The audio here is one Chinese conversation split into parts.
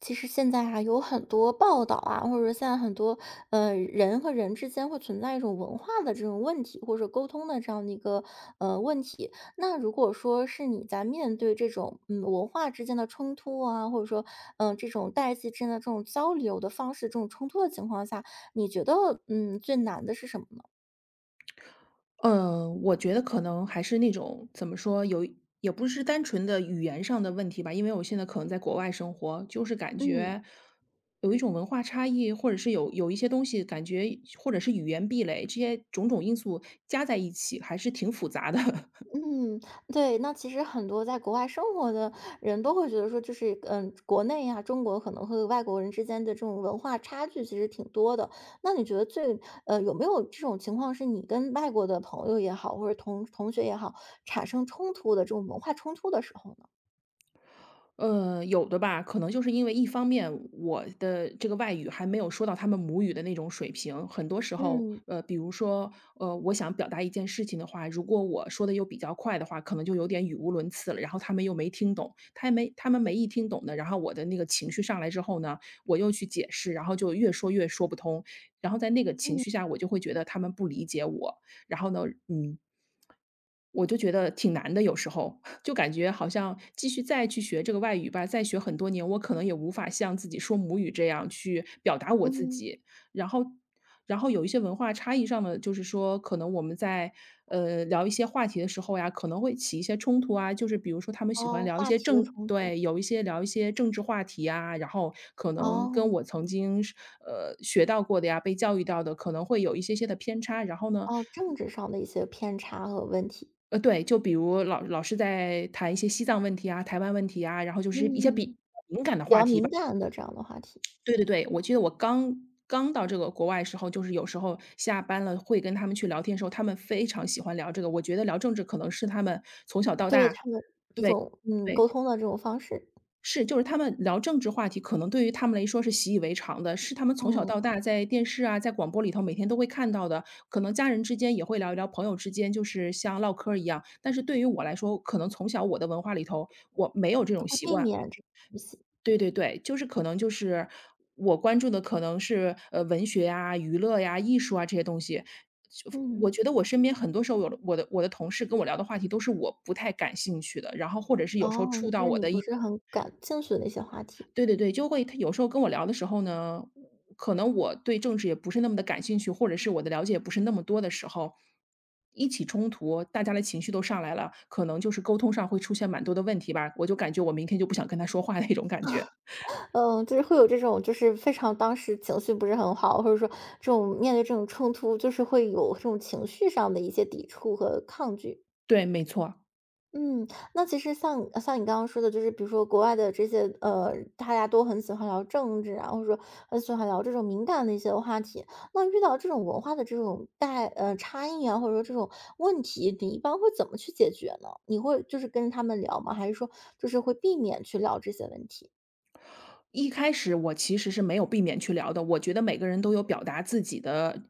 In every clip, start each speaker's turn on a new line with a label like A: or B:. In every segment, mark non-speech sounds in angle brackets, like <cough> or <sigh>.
A: 其实现在啊，有很多报道啊，或者说现在很多人和人之间会存在一种文化的这种问题，或者沟通的这样的一个问题。那如果说是你在面对这种文化之间的冲突啊，或者说这种代际之间的这种交流的方式、这种冲突的情况下，你觉得最难的是什么呢？
B: 我觉得可能还是那种怎么说，有也不是单纯的语言上的问题吧，因为我现在可能在国外生活，就是感
A: 嗯
B: 觉有一种文化差异，或者是有一些东西感觉，或者是语言壁垒，这些种种因素加在一起，还是挺复杂的。<laughs>
A: 嗯，对，那其实很多在国外生活的人都会觉得说，就是，国内呀、中国可能和外国人之间的这种文化差距其实挺多的。那你觉得最有没有这种情况，是你跟外国的朋友也好，或者同学也好，产生冲突的这种文化冲突的时候呢？
B: 有的吧，可能就是因为一方面我的这个外语还没有说到他们母语的那种水平，很多时候，
A: 嗯
B: 比如说，我想表达一件事情的话，如果我说的又比较快的话，可能就有点语无伦次了，然后他们又没听懂，他们没听懂呢，然后我的那个情绪上来之后呢，我又去解释，然后就越说不通，然后在那个情绪下，我就会觉得他们不理解我，然后呢，嗯，我就觉得挺难的，有时候 <laughs> 就感觉好像继续再去学这个外语吧，再学很多年，我可能也无法像自己说母语这样去表达我自
A: 嗯，
B: 己。然后，然后有一些文化差异上的，就是说可能我们在聊一些话题的时候呀，可能会起一些冲突啊。就是比如说他们喜欢
A: 哦，
B: 聊一
A: 话
B: 些
A: 题的
B: 政，
A: 冲突，
B: 对，有一些聊一些政治话题啊，然后可能跟
A: 哦
B: 我曾经是学到过的呀，被教育到的可能会有一些些的偏差。然后呢，
A: 哦，政治上的一些偏差和问题，
B: 对，就比如老是在谈一些西藏问题啊、台湾问题啊，然后就是一些比
A: 嗯，比较敏感的这样的话题，
B: 对对对，我记得我刚到这个国外时候，就是有时候下班了会跟他们去聊天的时候，他们非常喜欢聊这个。我觉得聊政治可能是他们从小到
A: 对
B: 大
A: 他们一
B: 对
A: 种
B: 对，
A: 沟通的这种方式。
B: 是，就是他们聊政治话题，可能对于他们来说是习以为常的，是他们从小
A: 嗯，
B: 到大在电视啊，在广播里头每天都会看到的。可能家人之间也会聊一聊，朋友之间就是像唠嗑儿一样。但是对于我来说，可能从小我的文化里头，我没有这种
A: 会
B: 习
A: 避
B: 惯。
A: 免这东西。
B: 对对对，就是可能就是我关注的可能是文学呀、娱乐呀、艺术啊这些东西。就我
A: 嗯。
B: 觉得我身边很多时候有的我的同事跟我聊的话题都是我不太感兴趣的，然后或者是有时候
A: 哦，
B: 触
A: 就
B: 到
A: 是
B: 我
A: 你
B: 的
A: 不
B: 一
A: 是很感兴趣的那些话题。
B: 对对对，就会他有时候跟我聊的时候呢，可能我对政治也不是那么的感兴趣，或者是我的了解也不是那么多的时候，一起冲突，大家的情绪都上来了，可能就是沟通上会出现蛮多的问题吧，我就感觉我明天就不想跟他说话那种感觉。
A: 嗯，就是会有这种就是非常当时情绪不是很好，或者说这种面对这种冲突，就是会有这种情绪上的一些抵触和抗拒。
B: 对，没错。
A: 嗯，那其实像你刚刚说的，就是比如说国外的这些，大家都很喜欢聊政治啊，或者说很喜欢聊这种敏感的一些话题。那遇到这种文化的这种差异啊，或者说这种问题，你一般会怎么去解决呢？你会就是跟他们聊吗？还是说就是会避免去聊这些问题？
B: 一开始我其实是没有避免去聊的，我觉得每个人都有表达自己的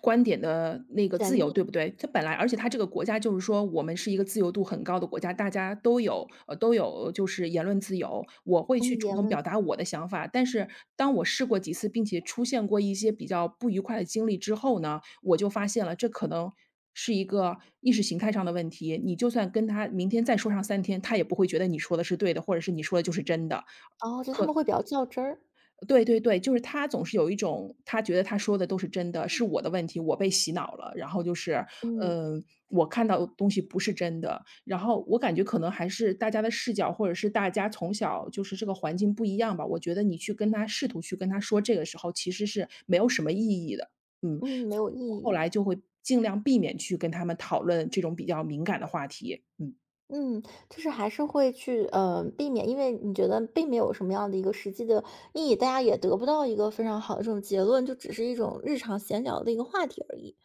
B: 观点的那个自由，对不对？它本来而且它这个国家就是说我们是一个自由度很高的国家，大家都有，都有就是言论自由。我会去
A: 嗯，
B: 主
A: 言
B: 动
A: 论
B: 表达我的想法，但是当我试过几次，并且出现过一些比较不愉快的经历之后呢，我就发现了这可能是一个意识形态上的问题，你就算跟他明天再说上三天，他也不会觉得你说的是对的，或者是你说的就是真的。
A: 哦，就他们会比较较真儿，
B: 对对对，就是他总是有一种他觉得他说的都是真的，是我的问题，我被洗脑了。然后就是，
A: 嗯
B: 呃，我看到的东西不是真的。然后我感觉可能还是大家的视角，或者是大家从小就是这个环境不一样吧。我觉得你去跟他试图去跟他说这个时候，其实是没有什么意义的。嗯，
A: 嗯，没
B: 所以
A: 有意
B: 后
A: 义。
B: 来就会尽量避免去跟他们讨论这种比较敏感的话题。嗯。
A: 嗯，就是还是会去，避免，因为你觉得并没有什么样的一个实际的意义，大家也得不到一个非常好的这种结论，就只是一种日常闲聊的一个话题而已。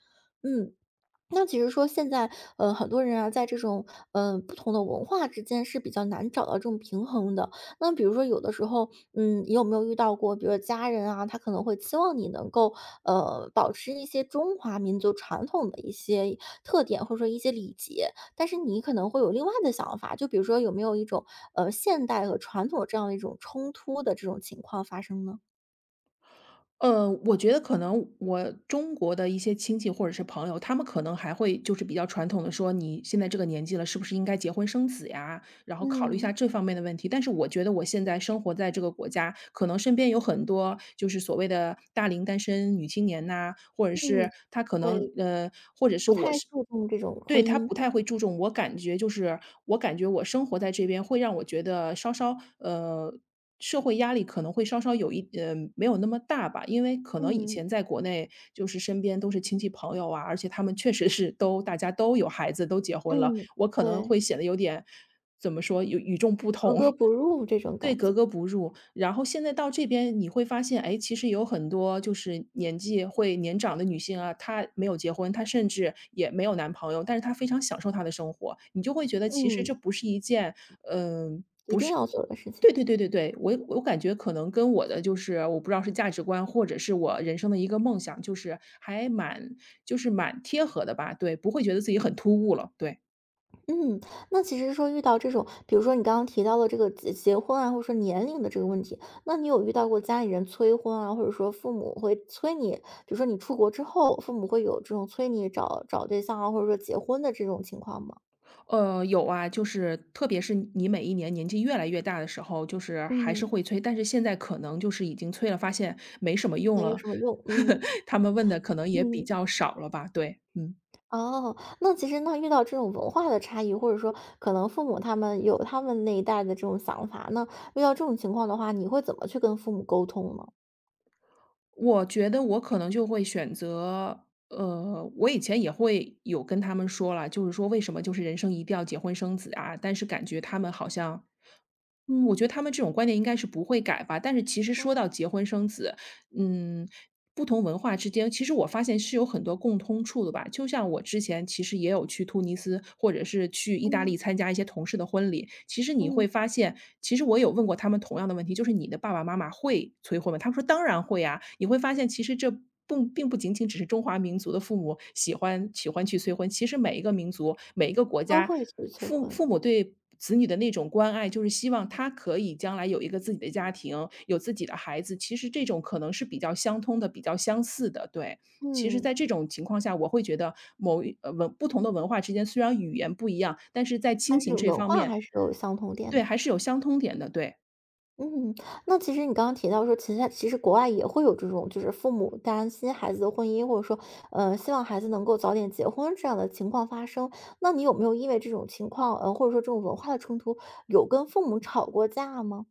A: 嗯。那其实说现在，很多人啊，在这种，不同的文化之间是比较难找到这种平衡的。那比如说有的时候，你有没有遇到过，比如说家人啊，他可能会期望你能够，保持一些中华民族传统的一些特点，或者说一些礼节，但是你可能会有另外的想法，就比如说有没有一种，现代和传统这样的一种冲突的这种情况发生呢？
B: 我觉得可能我中国的一些亲戚或者是朋友，他们可能还会就是比较传统的说："你现在这个年纪了，是不是应该结婚生子呀？"然后考虑一下
A: 嗯，
B: 这方面的问题。但是我觉得我现在生活在这个国家，可能身边有很多就是所谓的大龄单身女青年呐，或者
A: 嗯，
B: 是她可能
A: 对，不太注重这种
B: 对，
A: 婚
B: 他
A: 姻。
B: 不太会注重，我感觉就是我感觉我生活在这边会让我觉得稍稍呃，社会压力可能会稍稍有一呃，没有那么大吧。因为可能以
A: 嗯，
B: 前在国内就是身边都是亲戚朋友啊，而且他们确实是都大家都有孩子，都结婚了，
A: 嗯，
B: 我可能
A: 对。
B: 会显得有点怎么说，有与众不
A: 格
B: 同。
A: 格不入这种
B: 对，
A: 感觉，
B: 格格不入。然后现在到这边你会发现，哎，其实有很多就是年纪会年长的女性啊，她没有结婚，她甚至也没有男朋友，但是她非常享受她的生活。你就会觉得其实这
A: 嗯，
B: 不是一件，嗯，
A: 一定要做的事情。
B: 对对对对对，我感觉可能跟我的就是我不知道是价值观，或者是我人生的一个梦想，就是蛮贴合的吧。对，不会觉得自己很突兀了，对。
A: 嗯，那其实说遇到这种，比如说你刚刚提到的这个结婚啊，或者说年龄的这个问题，那你有遇到过家里人催婚啊，或者说父母会催你，比如说你出国之后，父母会有这种催你找对象啊，或者说结婚的这种情况吗？
B: 有啊，就是特别是你每一年年纪越来越大的时候，就是还是
A: 嗯，
B: 会催，但是现在可能就是已经催了，发现没什么用
A: 没有
B: 了，
A: 什么用，
B: <laughs>
A: 嗯
B: 他们问的可能也比
A: 嗯。
B: 较少了吧，对，嗯。
A: 哦，那其实那遇到这种文化的差异，或者说可能父母他们有他们那一代的这种想法，那遇到这种情况的话，你会怎么去跟父母沟通呢？
B: 我觉得我可能就会选择，我以前也会有跟他们说了，就是说为什么就是人生一定要结婚生子啊，但是感觉他们好像嗯，我觉得他们这种观念应该是不会改吧。但是其实说到结婚生子，嗯，不同文化之间，其实我发现是有很多共通处的吧。就像我之前其实也有去突尼斯或者是去意大利
A: 嗯。
B: 参加一些同事的婚礼，其实你
A: 嗯，
B: 会发现，其实我有问过他们同样的问题，就是你的爸爸妈妈会催婚吗？他们说当然会啊。你会发现，其实这不并不仅仅只是中华民族的父母喜欢去催婚，其实每一个民族、每一个国
A: 都
B: 家，
A: 会去催
B: 父
A: 婚，
B: 父母对子女的那种关爱，就是希望他可以将来有一个自己的家庭，有自己的孩子，其实这种可能是比较相通的、比较相似的，对。其实
A: 嗯，
B: 在这种情况下，我会觉得文不同的文化之间虽然语言不一样，但是在亲
A: 但
B: 情
A: 是
B: 这
A: 文
B: 方
A: 化
B: 面
A: 还是有相同点
B: 对，
A: 的。
B: 还是有相通点的，对。
A: 嗯，那其实你刚刚提到说，其实其实国外也会有这种，就是父母担心孩子的婚姻，或者说，希望孩子能够早点结婚这样的情况发生。那你有没有因为这种情况，或者说这种文化的冲突，有跟父母吵过架吗？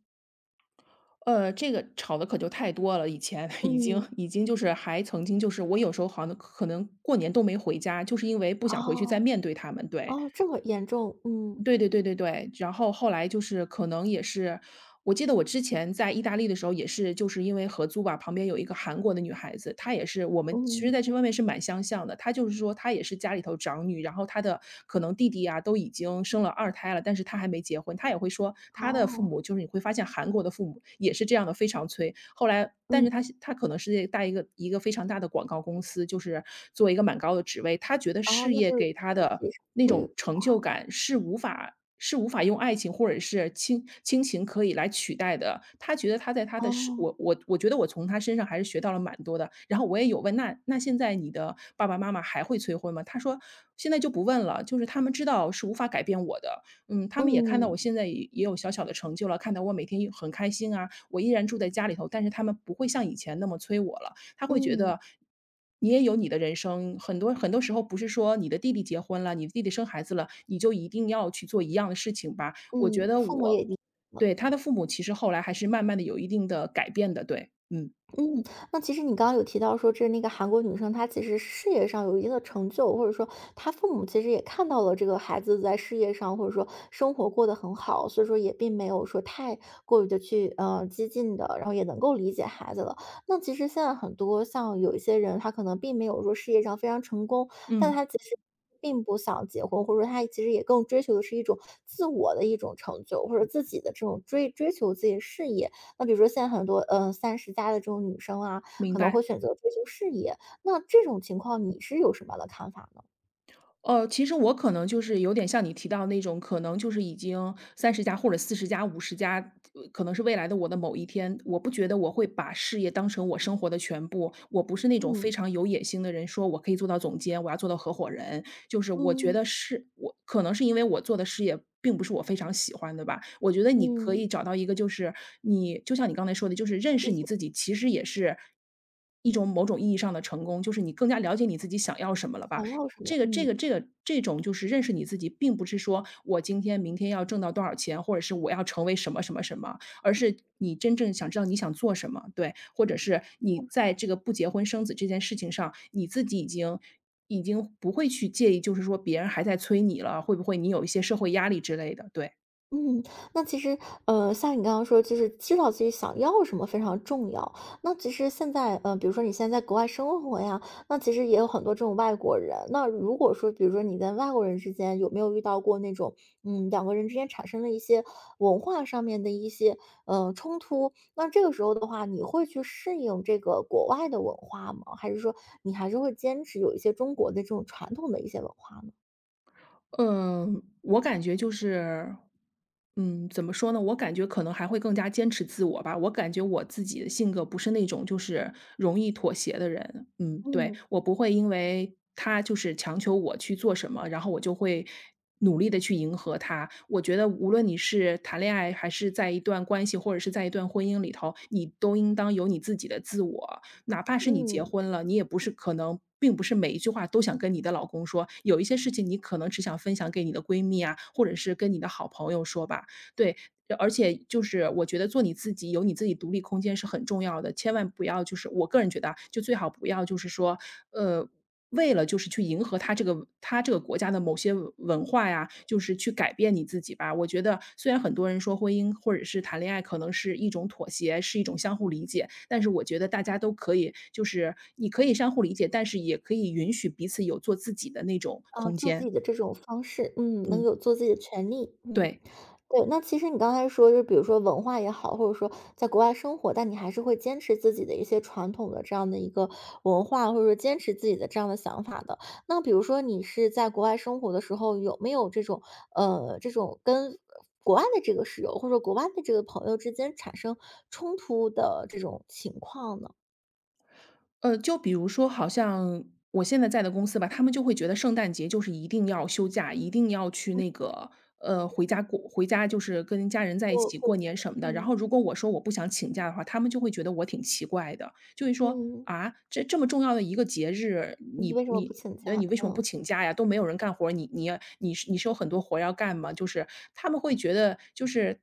B: 这个吵的可就太多了，以前 <laughs> 已经
A: 嗯，
B: 已经就是还曾经就是我有时候好像可能过年都没回家，就是因为不想回去再
A: 哦，
B: 面对他们，对。
A: 哦，这么严重，嗯，
B: 对对对对对，然后后来就是可能也是我记得我之前在意大利的时候也是就是因为合租吧，旁边有一个韩国的女孩子，她也是我们其实在
A: 嗯，
B: 这方面是蛮相像的。她就是说她也是家里头长女，然后她的可能弟弟啊都已经生了二胎了，但是她还没结婚。她也会说她的父
A: 哦，
B: 母，就是你会发现韩国的父母也是这样的，非常催。后来但是
A: 嗯，
B: 她可能是在一个非常大的广告公司，就是做一个蛮高的职位。她觉得
A: 哦，
B: 事
A: 那
B: 业
A: 就是
B: 给她
A: 经
B: 的
A: 济上
B: 那
A: 会
B: 种
A: 比
B: 成就
A: 较
B: 感是无法用爱情或者是亲情可以来取代的。他觉得他在他的是
A: 哦，
B: 我我我觉得我从他身上还是学到了蛮多的。然后我也有问，那现在你的爸爸妈妈还会催婚吗？他说现在就不问了，就是他们知道是无法改变我的，嗯，他们也看到我
A: 嗯，
B: 现在也有小小的成就了，看到我每天也很开心啊，我依然住在家里头，但是他们不会像以前那么催我了。他会觉
A: 嗯，
B: 得你也有你的人生，很多很多时候不是说你的弟弟结婚了，你的弟弟生孩子了，你就一定要去做一样的事情吧。我觉
A: 嗯，
B: 得
A: 父母
B: 我
A: 也离解
B: 对，
A: 了。
B: 他的父母其实后来还是慢慢的有一定的改变的，对，嗯，
A: 嗯，那其实你刚刚有提到说，这那个韩国女生，她其实事业上有一定的成就，或者说她父母其实也看到了这个孩子在事业上或者说生活过得很好，所以说也并没有说太过于的去激进的，然后也能够理解孩子了。那其实现在很多像有一些人，他可能并没有说事业上非常成功，但
B: 嗯，
A: 他其实。并不想结婚，或者说他其实也更追求的是一种自我的一种成就，或者自己的这种追求自己的事业。那比如说现在很多，三十加的这种女生啊，
B: 明
A: 可能
B: 白。
A: 会选择追求事业，那这种情况你是有什么样的看法呢？
B: 其实我可能就是有点像你提到那种，可能就是已经三十家或者四十家、五十家，可能是未来的我的某一天。我不觉得我会把事业当成我生活的全部，我不是那种非
A: 嗯，
B: 常有野心的人，说我可以做到总监，我要做到合伙人。就是我觉
A: 嗯，
B: 得是我可能是因为我做的事业并不是我非常喜欢的吧。我觉得你可
A: 嗯，
B: 以找到一个，就是你就像你刚才说的，就是认识
A: 自
B: 你
A: 己
B: 自己，其实也是一种某种意义上的成功，就是你更加了解你自己想要什么了吧。
A: 想要什么，
B: 这个这个
A: 嗯。
B: 这个这种就是认识你自己，并不是说我今天明天要挣到多少钱，或者是我要成为什么，而是你真正想知道你想做什么，对，或者是你在这个不结婚生子这件事情上，你自己已经不会去介意，就是说别人还在催你了，会不会你有一些社会压力之类的，对。
A: 嗯，那其实，像你刚刚说，就是知道自己想要什么非常重要。那其实现在，比如说你现在在国外生活呀，那其实也有很多这种外国人。那如果说，比如说你跟外国人之间有没有遇到过那种，两个人之间产生了一些文化上面的一些，冲突？那这个时候的话，你会去适应这个国外的文化吗？还是说你还是会坚持有一些中国的这种传统的一些文化呢？
B: 嗯，我感觉就是，嗯，怎么说呢？我感觉可能还会更加坚持自我吧。我感觉我自己的性格不是那种就是容易妥协的人。嗯，对，
A: 嗯
B: 我不会因为他就是强求我去做什么，然后我就会努力的去迎合他。我觉得无论你是谈恋爱，还是在一段关系，或者是在一段婚姻里头，你都应当有你自己的自我。哪怕是你结
A: 嗯，
B: 婚了，你也不是可能并不是每一句话都想跟你的老公说，有一些事情你可能只想分享给你的闺蜜啊，或者是跟你的好朋友说吧。对，而且就是我觉得做你自己，有你自己独立空间是很重要的，千万不要，就是我个人觉得啊，就最好不要就是说，呃，为了就是去迎合他这个国家的某些文化呀，就是去改变你自己吧。我觉得虽然很多人说婚姻或者是谈恋爱可能是一种妥协，是一种相互理解，但是我觉得大家都可以，就是你可以相互理解，但是也可以允许彼此有做自己的那种
A: 啊，
B: 空
A: 做自
B: 间。
A: 己的这种方式，嗯，能
B: 嗯，
A: 有做自己的权利，嗯，
B: 对。
A: 对。那其实你刚才说，就比如说文化也好，或者说在国外生活，但你还是会坚持自己的一些传统的这样的一个文化，或者说坚持自己的这样的想法的。那比如说你是在国外生活的时候，有没有这种这种跟国外的这个室友或者说国外的这个朋友之间产生冲突的这种情况呢？
B: 就比如说，好像我现在在的公司吧，他们就会觉得圣诞节就是一定要休假，一定要去那个回家过，回家就是跟家人在一
A: 过
B: 起
A: 过
B: 过
A: 几
B: 年
A: 个
B: 什么的。然
A: 嗯
B: 后如果我说我不想请假的话，他们就会觉得我挺奇怪的。就会说：
A: 嗯，
B: “啊，这这么重要的一个节日，
A: 你
B: 你
A: 为什么不
B: 你
A: 请
B: 那
A: 假？
B: 你为什么不
A: 嗯
B: 请假呀？都没有人干活儿，你是有很多活儿要干吗？”就是他们会觉得就是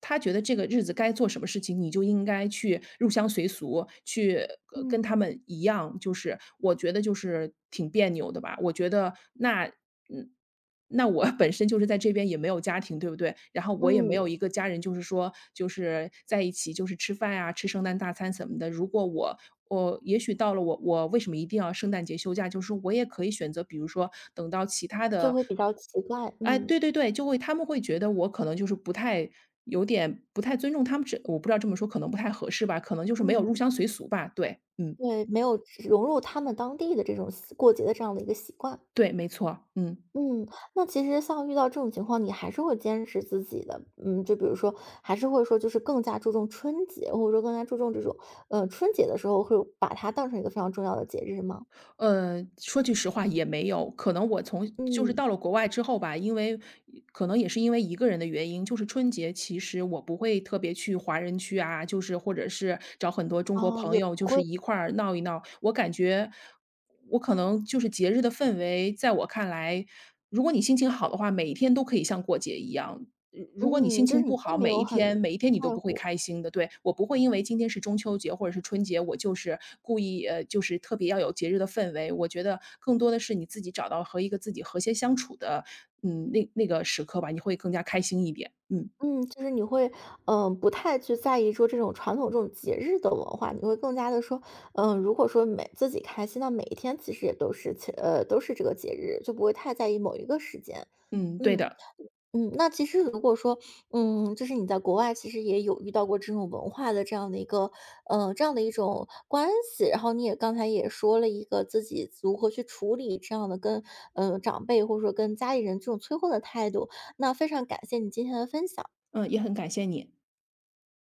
B: 他觉得这个日子该做什么事情，你就应该去入乡随俗，去跟他
A: 嗯。
B: 们一样，就是我觉得就是挺别扭的吧。我觉得那嗯。那我本身就是在这边也没有家庭，对不对？然后我也没
A: 嗯，
B: 有一个家人，就是说，就是在一起，就是吃饭啊，吃圣诞大餐什么的。如果我也许到了我为什么一定要圣诞节休假？就是我也可以选择，比如说等到其他
A: 就
B: 的，
A: 会比较奇怪，
B: 哎，
A: 嗯，
B: 对对对，就会他们会觉得我可能就是不太有点不太尊重他们这，我不知道这么说可能不太合适吧，可能就是没有入
A: 嗯，
B: 乡随俗吧。对，嗯，
A: 对，没有融入他们当地的这种习过节的这样的一个习惯。
B: 对，没错，嗯。
A: 嗯，那其实像遇到这种情况，你还是会坚持自己的，嗯，就比如说还是会说就是更加注重春节，或者说更加注重这种，春节的时候会把它当成一个非常重要的节日吗？
B: 说句实话也没有，可能我从就是
A: 嗯，
B: 到了国外之后吧，因为可能也是因为一个人的原因，就是春节其实我不会特别去华人区啊，就是或者是找很多中国
A: 哦，
B: 朋
A: 也
B: 友，
A: 不
B: 就是
A: 会，
B: 一块儿闹一闹。我感觉我可能就是节日的氛围，在我看来，如果你心情好的话，每一天都可以像过节一样。嗯，如果你心
A: 嗯，就是
B: 情
A: 你
B: 不好，
A: 并没
B: 每
A: 有
B: 一
A: 很
B: 天每一天你都
A: 在
B: 不会
A: 乎。
B: 开心的。对，我不会因为今天是中秋节或者是春节，我就是故意就是特别要有节日的氛围。我觉得更多的是你自己找到和一个自己和谐相处的，嗯，那个时刻吧，你会更加开心一点。嗯
A: 嗯，就是你会，不太去在意说这种传统这种节日的文化，你会更加的说，嗯，如果说每自己开心，那每一天其实也都是都是这个节日，就不会太在意某一个时间。
B: 嗯，对
A: 嗯
B: 的，
A: 嗯，那其实如果说，就是你在国外其实也有遇到过这种文化的这样的一个，这样的一种关系，然后你也刚才也说了一个自己如何去处理这样的跟，嗯，长辈或者说跟家里人这种催婚的态度，那非常感谢你今天的分享。
B: 嗯，也很感谢你。